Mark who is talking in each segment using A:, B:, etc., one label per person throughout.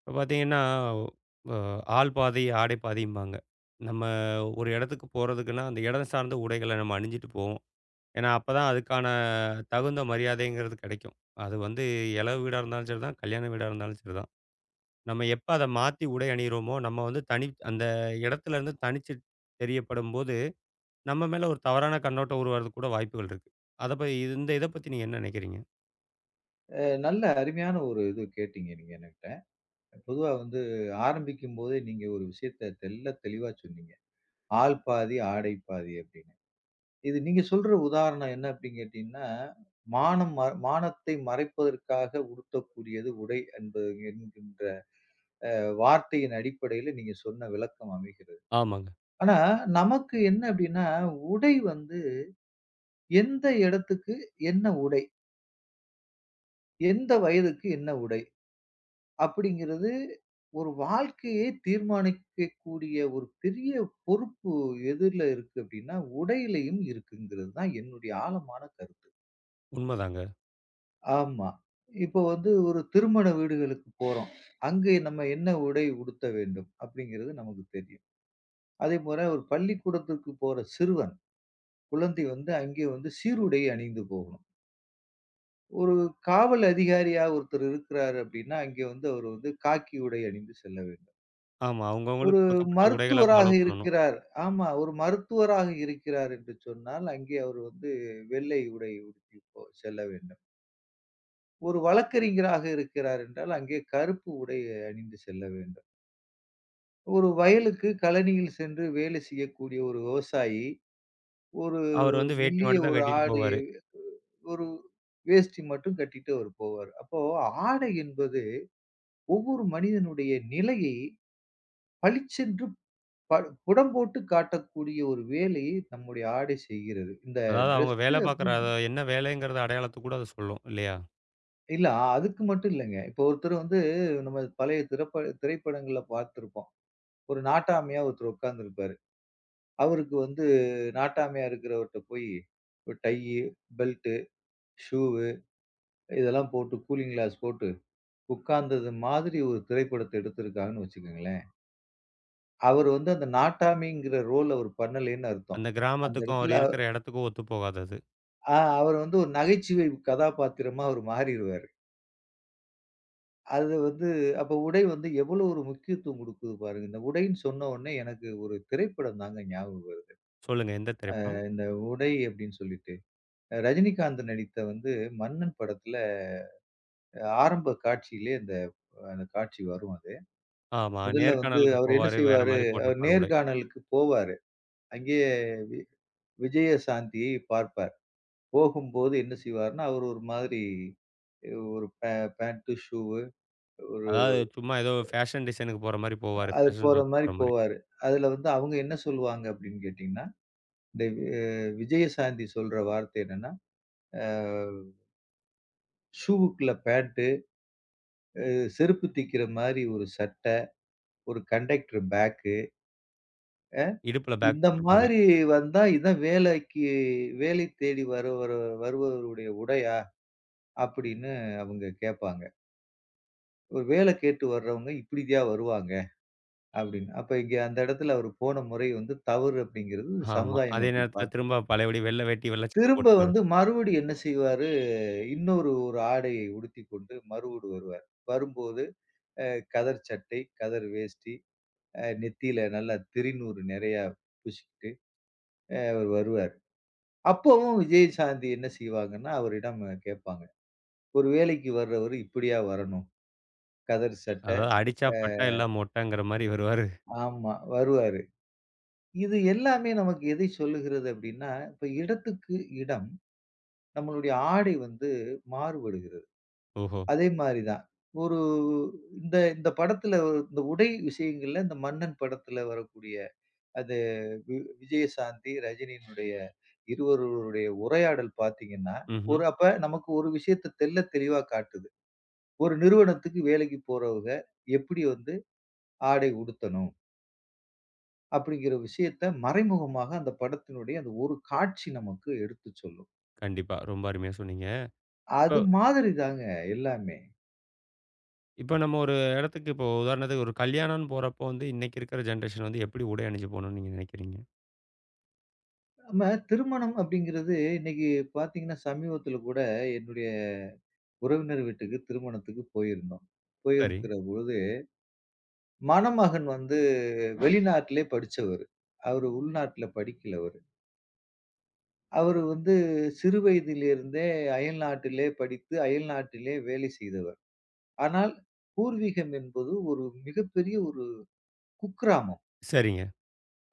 A: இப்ப பார்த்தீங்கன்னா, அ ஆள் பாதி, ஆடை பாதிம்பாங்க. நம்ம ஒரு இடத்துக்கு போறதுக்குன்னா, அந்த இடம் சார்ந்த உடைகள நம்ம அணிஞ்சிட்டு போவோம். ஏன்னா, அப்பதான் அதுக்கான தகுந்த மரியாதைங்கிறது கிடைக்கும். அது வந்து எளவு வீடா இருந்தாலும் சரிதான், கல்யாண வீடா இருந்தாலும் சரிதான். நம்ம எப்ப அத மாத்தி உடை அணியிறோமோ, நம்ம வந்து தனி அந்த இடத்துலருந்து தனிச்சு தெரியப்படும்போது, நம்ம மேல ஒரு தவறான கண்ணோட்டம் உருவாறதுக்கு கூட வாய்ப்புகள் இருக்கு. அத ப இந்த இத பத்தி நீங்க என்ன நினைக்கிறீங்க?
B: நல்ல அருமையான ஒரு இது கேட்டீங்க நீங்க என்கிட்ட. பொதுவா வந்து ஆரம்பிக்கும்போதே நீங்க ஒரு விஷயத்த தெள்ளத் தெளிவா சொன்னீங்க. "ஆள் பாதி, ஆடை பாதி" அப்படின்னு. இது நீங்க சொல்ற உதாரணம் என்ன அப்படின்னு கேட்டீங்கன்னா, "மானம் மானத்தை மறைப்பதற்காக உடுத்தக்கூடியது உடை" என்பது என்கின்ற வார்த்தையின் அடிப்படையில நீங்க சொன்ன விளக்கம் அமைகிறது.
A: ஆமாங்க.
B: ஆனா, நமக்கு என்ன அப்படின்னா, உடை வந்து எந்த இடத்துக்கு என்ன உடை? எந்த வயதுக்கு என்ன உடை? அப்படிங்கிறது ஒரு வாழ்க்கையே தீர்மானிக்கக்கூடிய ஒரு பெரிய பொறுப்பு எதுல இருக்கு அப்படின்னா, உடையிலயும் இருக்குங்கிறது தான் என்னுடைய ஆழமான கருத்து.
A: உண்மதாங்க.
B: ஆமா. இப்போ வந்து ஒரு திருமண வீடுகளுக்கு போறோம். அங்கே நம்ம என்ன உடை உடுத்த வேண்டும் அப்படிங்கிறது நமக்கு தெரியும். அதேபோல ஒரு பள்ளிக்கூடத்திற்கு போற சிறுவன், குழந்தை வந்து அங்கே வந்து சீருடை அணிந்து போகணும். ஒரு காவல் அதிகாரியா ஒருத்தர் இருக்கிறாரு அப்படின்னா, அங்கே வந்து அவர் வந்து காக்கி உடை அணிந்து செல்ல வேண்டும்.
A: ஆமா.
B: ஒரு
A: அவங்கவங்களுக்கு கொடுக்கப்பட்ட உடைகள
B: மருத்துவராக
A: ஃபாலோ பண்ணணும்.
B: இருக்கிறார். ஆமா. ஒரு மருத்துவராக இருக்கிறார் என்று சொன்னால், அங்கே அவர் வந்து வெள்ளை உடை உடுத்தி செல்ல வேண்டும். ஒரு வழக்கறிஞராக இருக்கிறார் என்றால், அங்கே கருப்பு உடை அணிந்து செல்ல வேண்டும். ஒரு வயலுக்கு கழனியில் சென்று வேலை செய்யக்கூடிய ஒரு விவசாயி, ஒரு
A: அவரு வந்து வேட்டி
B: மெல்லிய
A: மட்டும் தான்
B: ஒரு
A: கட்டிட்டு
B: ஆடை,
A: போவாரு.
B: ஒரு வேஷ்டி மட்டும் கட்டிட்டு அவர் போவாரு. அப்போ ஆடை என்பது ஒவ்வொரு மனிதனுடைய நிலையை பளிச்சென்று படு புடம் போட்டு காட்டக்கூடிய ஒரு வேலையை நம்முடைய ஆடை செய்கிறது. இந்த
A: அதாவது அவங்க
B: ட்ரெஸ்ஸு
A: வேலை பார்க்குற அத
B: அப்படின்னு
A: என்ன வேலைங்கிறத அடையாளத்த கூட அது சொல்லும் இல்லையா?
B: இல்ல அதுக்கு மட்டும் இல்லங்க. இப்போ ஒருத்தர் வந்து நம்ம பழைய திரைப்படங்கள்ல பார்த்திருப்போம். ஒரு நாட்டாமையா ஒருத்தர் உட்கார்ந்திருப்பாரு. அவருக்கு வந்து நாட்டாமையா இருக்கிறவர்ட்ட போய் ஒரு டையி, பெல்ட்டு, ஷூவு இதெல்லாம் போட்டு கூலிங் கிளாஸ் போட்டு உட்கார்ந்தது மாதிரி ஒரு திரைப்படத்த எடுத்திருக்காங்கன்னு வச்சுக்கங்களேன். அவர் வந்து அந்த நாட்டாமைங்கிற ரோல் அவர் பண்ணலேன்னு அர்த்தம்.
A: அந்த
B: அந்த
A: கிராமத்துக்கும் அவர்
B: இடத்துல
A: இருக்கிற இடத்துக்கும் ஒத்து போகாது அது.
B: ஆ அவர் வந்து ஒரு நகைச்சுவை கதாபாத்திரமா அவரு மாறிருவாரு. அது வந்து அப்ப உடை வந்து எவ்வளோ ஒரு முக்கியத்துவம் குடுக்குது பாருங்க. இந்த உடைன்னு சொன்ன உடனே எனக்கு ஒரு திரைப்படம் தாங்க ஞாபகம் வருது.
A: சொல்லுங்க எந்த திரைப்படம்?
B: இந்த உடை அப்படின்னு சொல்லிட்டு, ரஜினிகாந்த் நடித்த வந்து மன்னன் படத்துல ஆரம்ப காட்சியிலே அந்த அந்த காட்சி வரும் அது.
A: ஆமா.
B: முதல்ல வந்து
A: நேர்காணலுக்கு
B: அவர் என்ன
A: போவாரு. வேற
B: செய்வாரு,
A: மாரி
B: அவர்
A: போட்டிருப்பாரு உடை.
B: நேர்காணலுக்கு போவாரு. அங்கேயே வி விஜயசாந்தியை பார்ப்பார். போகும்போது என்ன செய்வாருன்னா, அவர் ஒரு மாதிரி ஒரு பேண்ட், ஷூ ஒரு
A: அதாவது சும்மா ஏதோ ஃபேஷன் டிசைனுக்கு போற மாரி போவாரு.
B: அது
A: ஃபேஷன்
B: போற
A: ஷோக்கு
B: மாரி
A: போற மாரி.
B: போவாரு. அதுல வந்து அவங்க என்ன சொல்லுவாங்க அப்படின்னு கேட்டீங்கன்னா, இந்த அ விஜயசாந்தி சொல்ற வார்த்தை என்னன்னா, அ ஷூவுக்குள்ள பேண்ட், செருப்பு திக்கிற மாரி ஒரு சட்டை, ஒரு கண்டக்டர் பேக்கு, அ
A: இடுப்புல பேக்
B: இந்த
A: போட்டிருப்பாரு.
B: மாதிரி வந்தா இதான் வேலைக்கு வேலை தேடி வரு வரு வருபவருடைய உடையா? அப்படின்னு அவங்க கேட்பாங்க. ஒரு வேலை கேட்டு வர்றவங்க இப்படித்யா வருவாங்க அப்படின்னு. அப்ப இங்க அந்த இடத்துல அவர் போன முறை வந்து தவறு அப்படிங்கிறது
A: ஆமா.
B: சமுதாயம்
A: அதே
B: அப்படி
A: நேரத்தில
B: பார்க்குது.
A: திரும்ப பழையபடி வெள்ளை வேட்டி, வெள்ளை சட்டை
B: திரும்ப
A: போட்டுட்டு
B: வந்து
A: வருவாரு.
B: மறுபடியும் என்ன செய்வாரு? இன்னொரு ஒரு ஆடையை உடுத்திக் கொண்டு மறுவூடு வருவார். வரும்போது அ கதர் சட்டை, கதர் வேஷ்டி, நெத்தியில நல்லா திருநூறு நிறையா பூசிக்கிட்டு அவர் வருவார். அப்பவும் விஜயசாந்தி என்ன செய்வாங்கன்னா, அவரிடம் கேட்பாங்க. ஒரு வேலைக்கு வர்றவரு இப்படியா வரணும்? கதர் சட்டை
A: அதாவது அடிச்சா பட்டா எல்லாம் மொட்டைங்கிற மாரி வருவாரு.
B: ஆமா வருவாரு. இது எல்லாமே நமக்கு எதை சொல்லுகிறது அப்படின்னா, இப்ப இடத்துக்கு இடம் நம்மளுடைய ஆடை வந்து மாறுபடுகிறது.
A: ஓஹோ!
B: அதே மாரி தான். ஒரு இந்த இந்த படத்துல ஒரு- இந்த உடை விஷயங்கள்ல இந்த மன்னன் படத்துல வரக்கூடிய அது வி விஜயசாந்தி, ரஜினியினுடைய இருவருடைய உரையாடல் பார்த்தீங்கன்னா,
A: ம்ஹ்ம்.
B: ஒரு அப்ப நமக்கு ஒரு விஷயத்த தெள்ளத் தெளிவா காட்டுது. ஒரு நிறுவனத்துக்கு வேலைக்கு போறவங்க எப்படி வந்து ஆடை உடுத்தணும்? அப்படிங்கிற விஷயத்த மறைமுகமாக அந்த படத்தினுடைய அந்த ஒரு காட்சி நமக்கு எடுத்துச் சொல்லும்.
A: கண்டிப்பா. ரொம்ப அருமையா சொன்னீங்க. இப்ப
B: அது மாதிரி தாங்க எல்லாமே.
A: இப்ப நம்ம ஒரு இடத்துக்கு இப்போ உதாரணத்துக்கு ஒரு கல்யாணம்னு போறப்போ வந்து இன்னைக்கு இருக்கிற ஜென்ரேஷன் வந்து எப்படி உடை அணிஞ்சு போகணும்னு நீங்க நினைக்கிறீங்க?
B: நம்ம திருமணம் அப்படிங்கிறது இன்னைக்கு பார்த்தீங்கன்னா, சமீபத்துல கூட என்னுடைய உறவினர் வீட்டுக்கு திருமணத்துக்கு போயிருந்தோம்.
A: சரி.
B: போயிருக்கிற பொழுது, மணமகன் வந்து வெளிநாட்டிலே படிச்சவரு. அவரு உள்நாட்ல படிக்கல அவரு. அவரு வந்து சிறு வயதிலிருந்தே அயல்நாட்டிலே படித்து, அயல்நாட்டிலே வேலை செய்தவர். ஆனால் பூர்வீகம் என்பது ஒரு மிகப்பெரிய ஒரு குக்கிராமம்.
A: சரிங்க.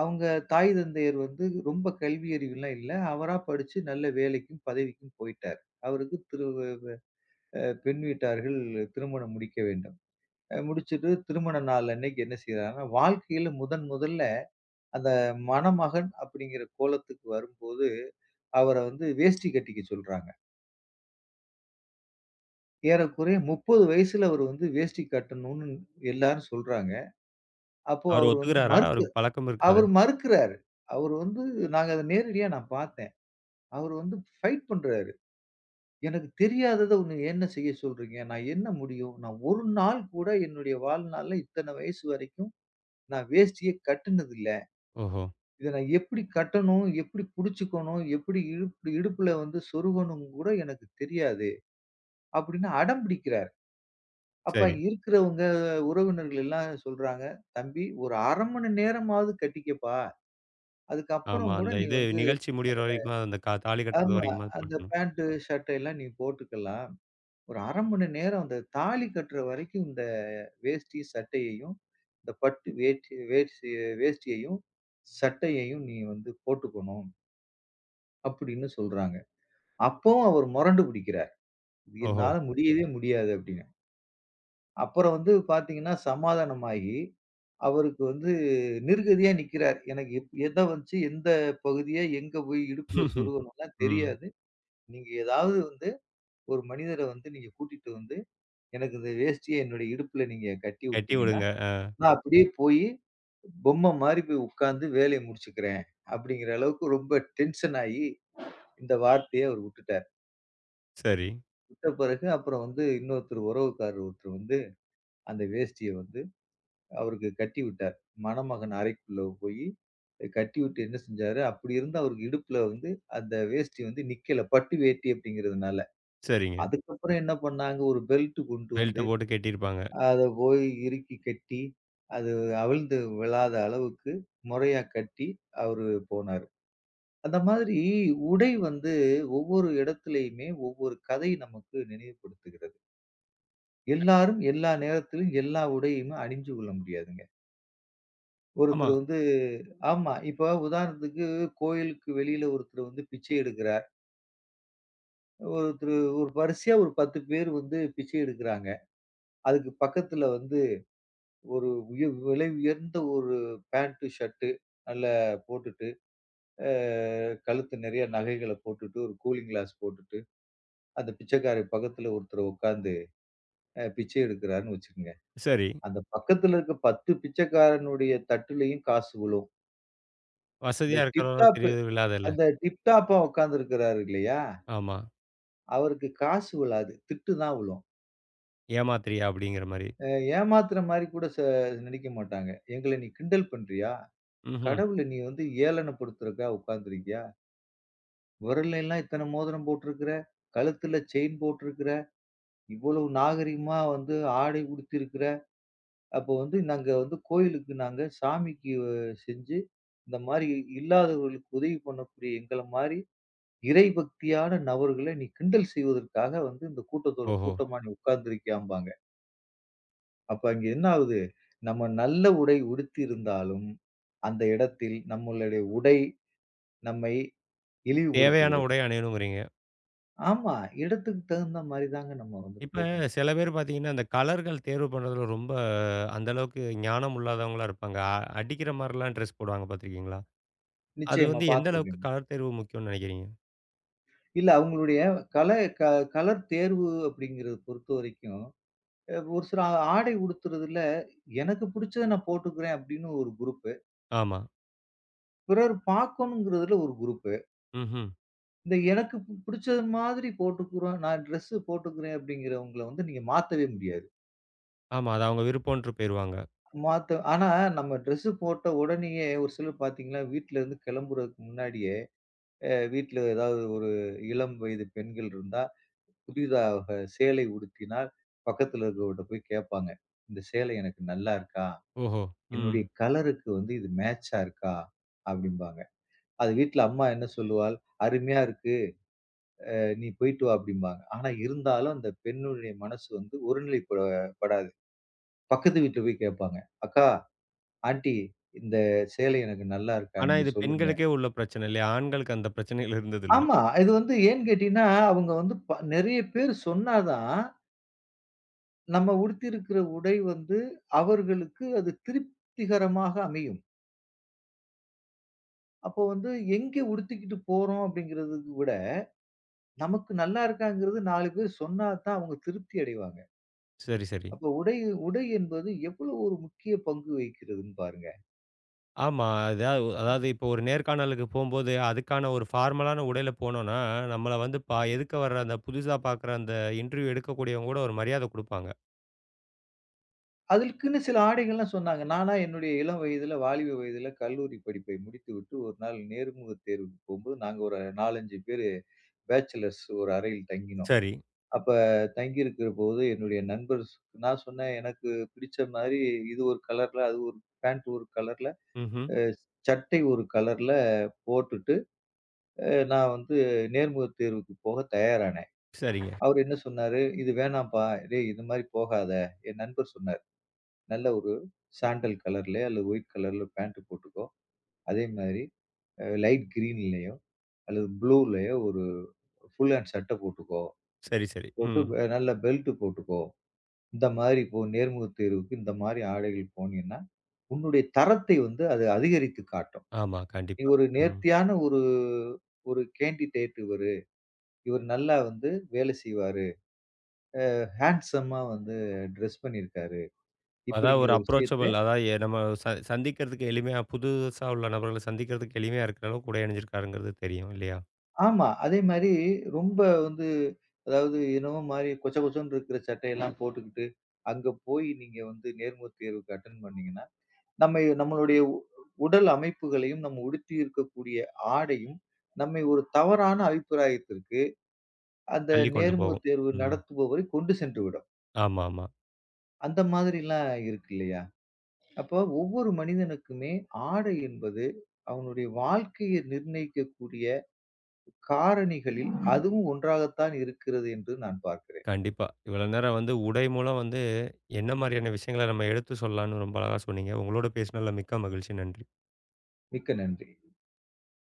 B: அவங்க தாய் தந்தையர் வந்து ரொம்ப கல்வி அறிவுலாம் இல்ல. அவரா படிச்சு நல்ல வேலைக்கும், பதவிக்கும் போயிட்டாரு. அவருக்கு திரு அ பெண் வீட்டார்கள் திருமணம் முடிக்க வேண்டும். முடிச்சுட்டு திருமண நாள் அன்னைக்கு என்ன செய்றாங்கன்னா, வாழ்க்கையில முதன் முதல்ல அந்த மணமகன் அப்படிங்கிற கோலத்துக்கு வரும்போது, அவர வந்து வேஷ்டி கட்டிக்க சொல்றாங்க. ஏறக்குறைய 30 வயசுல அவரு வந்து வேஷ்டி கட்டணும்னு எல்லாரும் சொல்றாங்க. அப்போ
A: அவரு
B: அவரு வந்து
A: ஒத்துக்கிறாரா?
B: மறுத்து
A: அவருக்கு பழக்கம் இருக்காதே?
B: அவரு மறுக்கிறாரு. அவரு வந்து நாங்க அத நேரடியா நான் பார்த்தேன். அவரு வந்து ஃபைட் பண்றாரு. "எனக்கு தெரியாதத ஒண்ணு என்ன செய்ய சொல்றீங்க? நான் என்ன முடியும்? நான் ஒரு நாள் கூட என்னுடைய வாழ்நாள்ல இத்தன வயசு வரைக்கும் நான் வேஷ்டிய கட்டுனதில்ல.
A: ஓஹோ!
B: இத நான் எப்படி கட்டணும்? எப்படி புடிச்சுக்கணும்? எப்படி இடுப்பு இடுப்புல வந்து சொருகணும் கூட எனக்கு தெரியாது. அப்படின்னு அடம் பிடிக்கிறார். அப்ப
A: சரி.
B: அங்க இருக்கிறவங்க உறவினர்கள் எல்லாம் சொல்றாங்க, "தம்பி ஒரு 1/2 மணி நேரமாவது கட்டிக்கப்பா.
A: ஆமா.
B: அதுக்கப்புறம் கூட
A: அந்த
B: நீ
A: இது
B: வந்து
A: நிகழ்ச்சி முடியிற வரைக்கும் அந்த தாலி கட்டுறது
B: ஆமா.
A: வரைக்குமாவது
B: அந்த
A: போட்டுக்கணும்.
B: பேண்ட், ஷர்ட் எல்லாம் நீ போட்டுக்கலாம். ஒரு 1/2 மணி நேரம் அந்த தாலி கட்டுற வரைக்கும் இந்த வேஷ்டி, சட்டையையும், இந்த பட்டு வேட்டி வேஷ்டி வேஷ்டியையும், சட்டையையும் நீ வந்து போட்டுக்கணும்." அப்படின்னு சொல்றாங்க. அப்பவும் அவர் மொரண்டு பிடிக்கிறார். "இது
A: ஓஹோ!
B: என்னால முடியவே முடியாது அப்படின்னு. அப்புறம் வந்து பார்த்தீங்கன்னா, சமாதானமாகி அவருக்கு வந்து நிர்கதியா நிக்கிறார். எனக்கு எத வச்சு எந்த பகுதிய எங்க போய் இடுப்புல சொருகணும்லாம்
A: ம்.
B: தெரியாது. நீங்க ஏதாவது வந்து ஒரு மனிதர வந்து நீங்க கூட்டிட்டு வந்து, எனக்கு இந்த வேஷ்டிய என்னுடைய இடுப்புல நீங்க கட்டி
A: கட்டி
B: விட்டீங்கன்னா,
A: விடுங்க.
B: நான் அப்படியே போயி பொம்மை மாரி போய் உட்கார்ந்து வேலைய முடிச்சுக்கிறேன். அப்படிங்கிற அளவுக்கு ரொம்ப டென்ஷன் ஆயி இந்த வார்த்தைய அவர் விட்டுட்டார்.
A: சரி.
B: விட்ட பிறகு அப்புறம் வந்து இன்னொருத்தர் உறவுக்காரர் ஒருத்தர் வந்து அந்த வேஷ்டிய வந்து அவருக்கு கட்டி விட்டார். மணமகன் அறைக்குள்ள போயி கட்டி விட்டு என்ன செஞ்சாரு, அப்படி இருந்த அவருக்கு இடுப்புல வந்து அந்த வேஷ்டி வந்து நிக்கல. பட்டு வேட்டி அப்படிங்கிறதுனால.
A: சரிங்க.
B: அதுக்கப்புறம் என்ன பண்ணாங்க, ஒரு பெல்ட் கொண்டு
A: பெல்ட்ட
B: வந்து
A: போட்டு கட்டியிருப்பாங்க.
B: அத போய் இறுக்கி கட்டி, அது அவிழ்ந்து விழாத அளவுக்கு முறையா கட்டி அவரு போனாரு. அந்த மாதிரி உடை வந்து ஒவ்வொரு இடத்துலயுமே ஒவ்வொரு கதை நமக்கு நினைவுபடுத்துகிறது. எல்லாரும் எல்லா நேரத்திலும் எல்லா உடையுமே அணிஞ்சு கொள்ள முடியாதுங்க.
A: ஆமா.
B: ஒருத்தர் வந்து ஆமா. இப்ப உதாரணத்துக்கு கோயிலுக்கு வெளியில ஒருத்தர் வந்து பிச்சை எடுக்கிறார். ஒருத்தர் ஒரு வரிசையா ஒரு 10 பேர் வந்து பிச்சை எடுக்கிறாங்க. அதுக்கு பக்கத்துல வந்து ஒரு விலை உயர்ந்த ஒரு பேண்ட், ஷர்ட் நல்லா போட்டுட்டு, அ கழுத்து நிறைய நகைகள போட்டுட்டு, ஒரு கூலிங் கிளாஸ் போட்டுட்டு, அந்த பிச்சைக்காரர் பக்கத்துல ஒருத்தர் உட்கார்ந்து பிச்சை எடுக்கிறார்ன்னு வச்சுக்கங்க.
A: சரி.
B: அந்த பக்கத்துல இருக்க 10 பிச்சைக்காரனுடைய தட்டுலயும் காசு விழும். இந்த
A: வசதியா இருக்கிறவரா
B: டிப்டாப்
A: தெரியவில்லாதல்ல.
B: அந்த டிப்டாப்பா உட்கார்ந்திருக்கிறாரு இல்லையா?
A: ஆமா.
B: அவருக்கு காசு விழாது. திட்டு தான் விழும்.
A: ஏமாத்துறியா? அப்படிங்கிற மாரி.
B: அ ஏமாத்துற மாரி கூட நடிக்க மாட்டாங்க. "எங்கள நீ கிண்டல் பண்றியா?
A: ம்ஹ்ம்.
B: கடவுள நீ வந்து ஏளனப்படுத்துறதுக்கா உட்கார்ந்திருக்கியா? விரல்லலாம் இத்தன மோதிரம் போட்டிருக்கிற. கழுத்துல செயின் போட்டிருக்கிற. இவ்வளவு நாகரிகமா வந்து ஆடை உடுத்தியிருக்கிற. அப்போ வந்து நாங்க வந்து கோயிலுக்கு நாங்க சாமிக்கு செஞ்சு இந்த மாரி இல்லாதவர்களுக்கு உதவி பண்ணக்கூடிய எங்கள மாரி இறை பக்தியான நபர்களை நீ கிண்டல் செய்வதற்காக வந்து இந்த கூட்டத்தோட
A: ஓஹோ!
B: கூட்டமா நீ உட்கார்ந்திருக்கியாம்பாங்க. அப்ப அங்க என்ன ஆகுது? நம்ம நல்ல உடை உடுத்தியிருந்தாலும், அந்த இடத்தில் நம்மளுடைய உடை நம்மை
A: தேவையான
B: இழிவுபடுத்துகிறது.
A: உடை அணியணுங்கிறீங்க.
B: ஆமா. இடத்துக்கு தகுந்த மாரி தாங்க நம்ம வந்து
A: இப்ப
B: போகணும்.
A: சில பேர் பார்த்தீங்கன்னா, அந்த கலர்கள் தேர்வு பண்றதுல ரொம்ப அந்த அளவுக்கு ஞானம் இல்லாதவங்களா இருப்பாங்க. அடிக்கிற மாரிலாம் ட்ரெஸ் போடுவாங்க பார்த்துருக்கீங்களா? அது
B: நிச்சயமா
A: வந்து எந்த அளவுக்கு
B: பார்த்துருக்கேங்க.
A: கலர் தேர்வு முக்கியம்னு நெனைக்கிறீங்க?
B: இல்ல அவங்களுடைய கல க கலர் தேர்வு அப்படிங்கிறத பொறுத்தவரைக்கும், ஒரு சில ஆடை உடுத்துறதுல எனக்கு பிடிச்சத நான் போட்டுக்கிறேன் அப்படின்னு ஒரு குரூப்பு.
A: ஆமா.
B: பிறர் பார்க்கணுங்கிறதுல ஒரு குரூப்பு.
A: ம்ஹ்ம்.
B: இந்த எனக்கு புடிச்சது மாதிரி போட்டுக்குறோம். நான் ட்ரெஸ்ஸு போட்டுக்கிறேன் அப்படிங்கிறவங்கள வந்து நீங்க மாத்தவே முடியாது.
A: ஆமா. அது அவங்க விருப்பம்ன்ட்டு போயிருவாங்க.
B: மாத்த ஆனா நம்ம ட்ரெஸ்ஸு போட்ட உடனேயே ஒரு சிலர் பார்த்தீங்கன்னா, வீட்லருந்து கிளம்புறதுக்கு முன்னாடியே, வீட்ல ஏதாவது ஒரு இளம் வயது பெண்கள் இருந்தா, புதிதாக சேலை உடுத்தினால் பக்கத்துல இருக்கிறவர்ட்ட போய் கேட்பாங்க. "இந்த சேலை எனக்கு நல்லா இருக்கா?
A: ஓஹோ! ம்.
B: என்னுடைய கலருக்கு வந்து இது மேட்சா இருக்கா?" அப்படிம்பாங்க. அது வீட்ல அம்மா என்ன சொல்லுவாள்? "அருமையா இருக்கு. நீ போயிட்டு வா அப்படிம்பாங்க. ஆனா இருந்தாலும் அந்த பெண்ணுடைய மனசு வந்து ஒருநிலை படாது. பக்கத்து வீட்ல போய் கேட்பாங்க. அக்கா, ஆன்ட்டி இந்த சேலை எனக்கு நல்லா இருக்கா?
A: ஆனா
B: நீங்க
A: இது
B: சொல்லுங்க.
A: பெண்களுக்கே உள்ள பிரச்சனை இல்லையா? ஆண்களுக்கு அந்த பிரச்சனைகள் இருந்ததில்ல.
B: ஆமா. இது வந்து ஏன்னு கேட்டீங்கன்னா, அவங்க வந்து நெறைய பேர் சொன்னா தான், நம்ம உடுத்தியிருக்கிற உடை வந்து அவர்களுக்கு அது திருப்திகரமாக அமையும். அப்போ வந்து எங்க உடுத்திக்கிட்டு போறோம் அப்படிங்கிறதுக்கு விட, நமக்கு நல்லா இருக்காங்கிறது 4 பேர் சொன்னா தான் அவங்க திருப்தி அடைவாங்க.
A: சரி, சரி.
B: அப்ப உடை உடை என்பது எவ்வளவு ஒரு முக்கிய பங்கு வகிக்கிறதுன்னு பாருங்க.
A: ஆமா. அதாவது அதாவது இப்போ ஒரு நேர்காணலுக்கு போம்போது, அதுக்கான ஒரு ஃபார்மலான உடையில போனோம்னா, நம்மள வந்து எதுக்க வர்ற அந்த புதுசா பார்க்குற அந்த இன்டர்வியூ எடுக்கக்கூடியவங்க கூட ஒரு மரியாதை குடுப்பாங்க.
B: அதற்குன்னு சில ஆடைகள்லாம் சொன்னாங்க. நானா என்னுடைய இளம் வயதுல, வாலிப வயதுல கல்லூரி படிப்பை முடித்துவிட்டு ஒரு நாள் நேர்முகத் தேர்வுக்கு போம்போது, நாங்க ஒரு 4, 5 பேரு பேச்சலர்ஸ் ஒரு அறையில் தங்கினோம்.
A: சரி.
B: அப்ப தங்கியிருக்கிற போது என்னுடைய நண்பர் நான் சொன்னேன், "எனக்கு பிடிச்ச மாரி இது ஒரு கலர்ல, அது ஒரு பேண்ட் ஒரு கலர்ல,
A: ம்ஹ்ம்.
B: அ சட்டை ஒரு கலர்ல போட்டுட்டு, நான் வந்து நேர்முகத் தேர்வுக்கு போக தயாரானேன்."
A: சரிங்க.
B: அவரு என்ன சொன்னாரு, "இது வேணாம்ப்பா. டேய் இந்த மாரி போகாத." என் நண்பர் சொன்னாரு. நல்ல ஒரு சாண்டல் கலர்லயோ அல்லது ஒயிட் கலர்ல பேண்ட் போட்டுக்கோ. அதே மாரி லைட் கிரீன்லயோ அல்லது ப்ளூலயோ ஒரு ஃபுல் ஹேண்ட் சட்ட போட்டுக்கோ.
A: சரி, சரி.
B: போட்டு
A: ம்.
B: நல்ல பெல்ட் போட்டுக்கோ. இந்த மாரி இப்போ நேர்முகத் தேர்வுக்கு இந்த மாரி ஆடைகள் போனீன்னா, உன்னுடைய தரத்தை வந்து அது அதிகரித்து காட்டும்.
A: ஆமா,
B: நீ
A: கண்டிப்பா.
B: ஒரு
A: ம்.
B: நேர்த்தியான ஒரு ஒரு கேண்டிடேட் இவரு. இவர் நல்லா வந்து வேலை செய்வாரு. ஹேண்ட்சமா வந்து டிரெஸ் பண்ணியிருக்காரு.
A: அதான்
B: இப்படிங்கிற
A: ஒரு அப்ரோச்சபிள்
B: விஷயத்த
A: அதாவது நம்ம சந்திக்கிறதுக்கு எளிமையா புதுசா உள்ள நபர்கள சந்திக்கிறதுக்கு எளிமையா இருக்கிற அளவுக்கு உடை அணிஞ்சிருக்காருங்கிறது தெரியும் இல்லையா?
B: ஆமா. அதே மாரி ரொம்ப வந்து அதாவது என்னமோ மாரி கொச்ச கொச்சன்னு இருக்கிற சட்டையெல்லாம் போட்டுக்கிட்டு, அங்க போய் நீங்க வந்து நேர்முகத் தேர்வுக்கு அட்டெண்ட் பண்ணீங்கன்னா, நம்ம நம்மளுடைய உடல் அமைப்புகளையும், நம்ம உடுத்தி இருக்கக்கூடிய ஆடையும், நம்மை ஒரு தவறான அபிப்பிராயத்திற்கு அந்த
A: தள்ளி கொண்டு
B: நேர்முகத்
A: போகும்.
B: தேர்வு
A: ம்.
B: நடத்துபவரை கொண்டு சென்று விடும்.
A: ஆமா, ஆமா.
B: அந்த மாதிரிலாம் இருக்கு இல்லையா? அப்போ ஒவ்வொரு மனிதனுக்குமே ஆடை என்பது அவனுடைய வாழ்க்கையை நிர்ணயிக்கக்கூடிய காரணிகளில் அதுவும் ஒன்றாகத்தான் இருக்கிறது என்று நான் பார்க்கிறேன்.
A: கண்டிப்பா. இவ்வளோ நேரம் வந்து உடை மூலம் வந்து என்ன மாரியான விஷயங்கள நம்ம எடுத்து சொல்லலாம்னு ரொம்ப அழகா சொன்னீங்க. உங்களோட பேசினதுல மிக்க மகிழ்ச்சி. நன்றி.
B: மிக்க நன்றி.